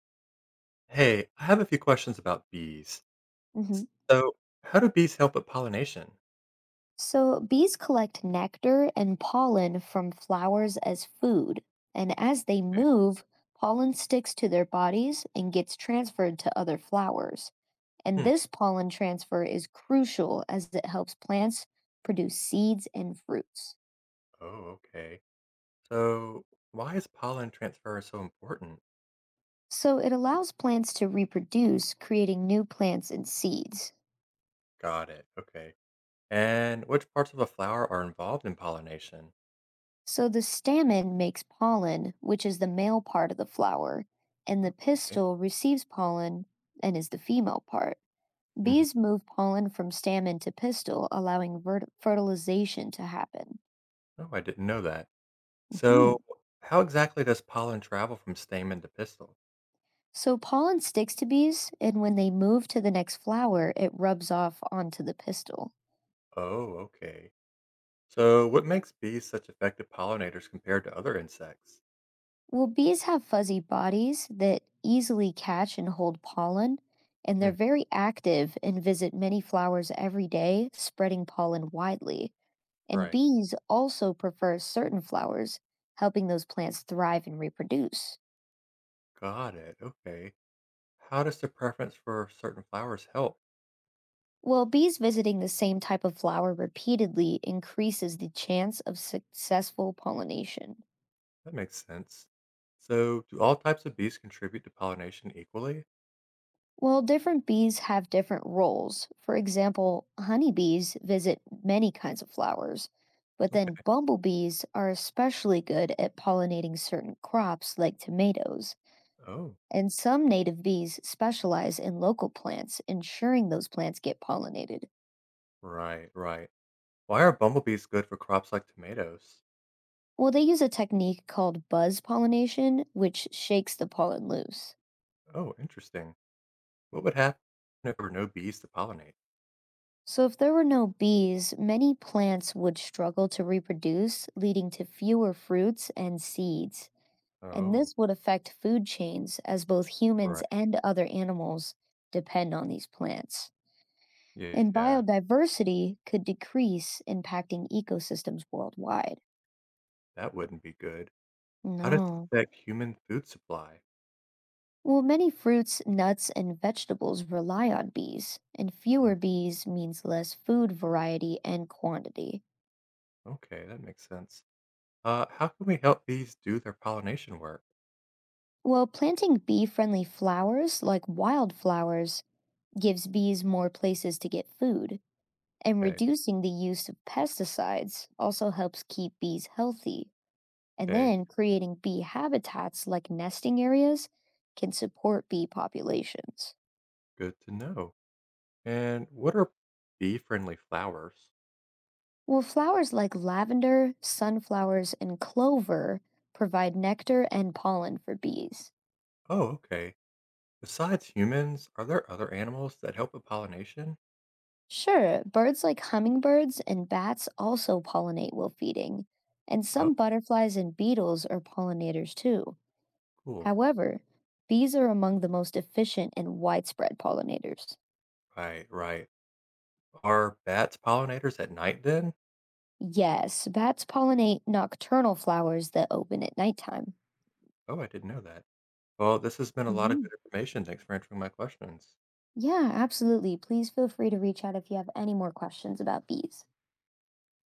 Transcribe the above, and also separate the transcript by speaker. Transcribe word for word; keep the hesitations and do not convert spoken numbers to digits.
Speaker 1: Hey, I have a few questions about bees.
Speaker 2: hmm
Speaker 1: So, how do bees help with pollination?
Speaker 2: So, bees collect nectar and pollen from flowers as food, and as they
Speaker 1: Okay.
Speaker 2: move, pollen sticks to their bodies and gets transferred to other flowers. And
Speaker 1: Hmm.
Speaker 2: this pollen transfer is crucial as it helps plants produce seeds and fruits.
Speaker 1: Oh, okay. So, why is pollen transfer so important?
Speaker 2: So, it allows plants to reproduce, creating new plants and seeds.
Speaker 1: Got it. Okay. And which parts of a flower are involved in pollination?
Speaker 2: So, the stamen makes pollen, which is the male part of the flower, and the
Speaker 1: Okay.
Speaker 2: pistil receives pollen and is the female part.
Speaker 1: Hmm.
Speaker 2: Bees move pollen from stamen to pistil, allowing vert- fertilization to happen.
Speaker 1: Oh, I didn't know that.
Speaker 2: Mhm.
Speaker 1: So, how exactly does pollen travel from stamen to pistil?
Speaker 2: So pollen sticks to bees, and when they move to the next flower, it rubs off onto the pistil.
Speaker 1: Oh, okay. So, what makes bees such effective pollinators compared to other insects?
Speaker 2: Well, bees have fuzzy bodies that easily catch and hold pollen, and they're
Speaker 1: Hmm.
Speaker 2: very active and visit many flowers every day, spreading pollen widely. And
Speaker 1: Right.
Speaker 2: bees also prefer certain flowers, helping those plants thrive and reproduce.
Speaker 1: Got it. Okay. How does the preference for certain flowers help?
Speaker 2: Well, bees visiting the same type of flower repeatedly increases the chance of successful pollination.
Speaker 1: That makes sense. So, do all types of bees contribute to pollination equally?
Speaker 2: While different bees have different roles, for example, honeybees visit many kinds of flowers, but
Speaker 1: Okay.
Speaker 2: then bumblebees are especially good at pollinating certain crops like tomatoes.
Speaker 1: Oh,
Speaker 2: And some native bees specialize in local plants, ensuring those plants get pollinated.
Speaker 1: right, right. Why are bumblebees good for crops like tomatoes?
Speaker 2: Well, they use a technique called buzz pollination, which shakes the pollen loose.
Speaker 1: Oh, interesting. What would happen if there were no bees to pollinate?
Speaker 2: So, if there were no bees, many plants would struggle to reproduce, leading to fewer fruits and seeds. And
Speaker 1: Oh,
Speaker 2: this would affect food chains as both humans
Speaker 1: right.
Speaker 2: and other animals depend on these plants. And
Speaker 1: Yeah,
Speaker 2: biodiversity could decrease, impacting ecosystems worldwide.
Speaker 1: that wouldn't be good. How does it
Speaker 2: No.
Speaker 1: affect human food supply?
Speaker 2: Well, many fruits, nuts, and vegetables rely on bees, and
Speaker 1: Mhm.
Speaker 2: fewer bees means less food variety and quantity.
Speaker 1: Okay, that makes sense. Uh, how can we help bees do their pollination work?
Speaker 2: Well, planting bee friendly flowers like wildflowers gives bees more places to get food, and
Speaker 1: Okay,
Speaker 2: reducing the use of pesticides also helps keep bees healthy. And
Speaker 1: okay,
Speaker 2: then creating bee habitats like nesting areas can support bee populations.
Speaker 1: good to know. And what are bee friendly flowers?
Speaker 2: Well, flowers like lavender, sunflowers, and clover provide nectar and pollen for bees.
Speaker 1: Oh, okay. Besides humans, are there other animals that help with pollination?
Speaker 2: Sure, birds like hummingbirds and bats also pollinate while feeding, and
Speaker 1: Oh,
Speaker 2: some butterflies and beetles are pollinators too.
Speaker 1: cool.
Speaker 2: However, bees are among the most efficient and widespread pollinators.
Speaker 1: Right, right. Are bats pollinators at night then?
Speaker 2: Yes, bats pollinate nocturnal flowers that open at nighttime.
Speaker 1: Oh, I didn't know that. Well, this has been a lot of good
Speaker 2: Mhm.
Speaker 1: information. Thanks for answering my questions.
Speaker 2: Yeah, absolutely. Please feel free to reach out if you have any more questions about bees.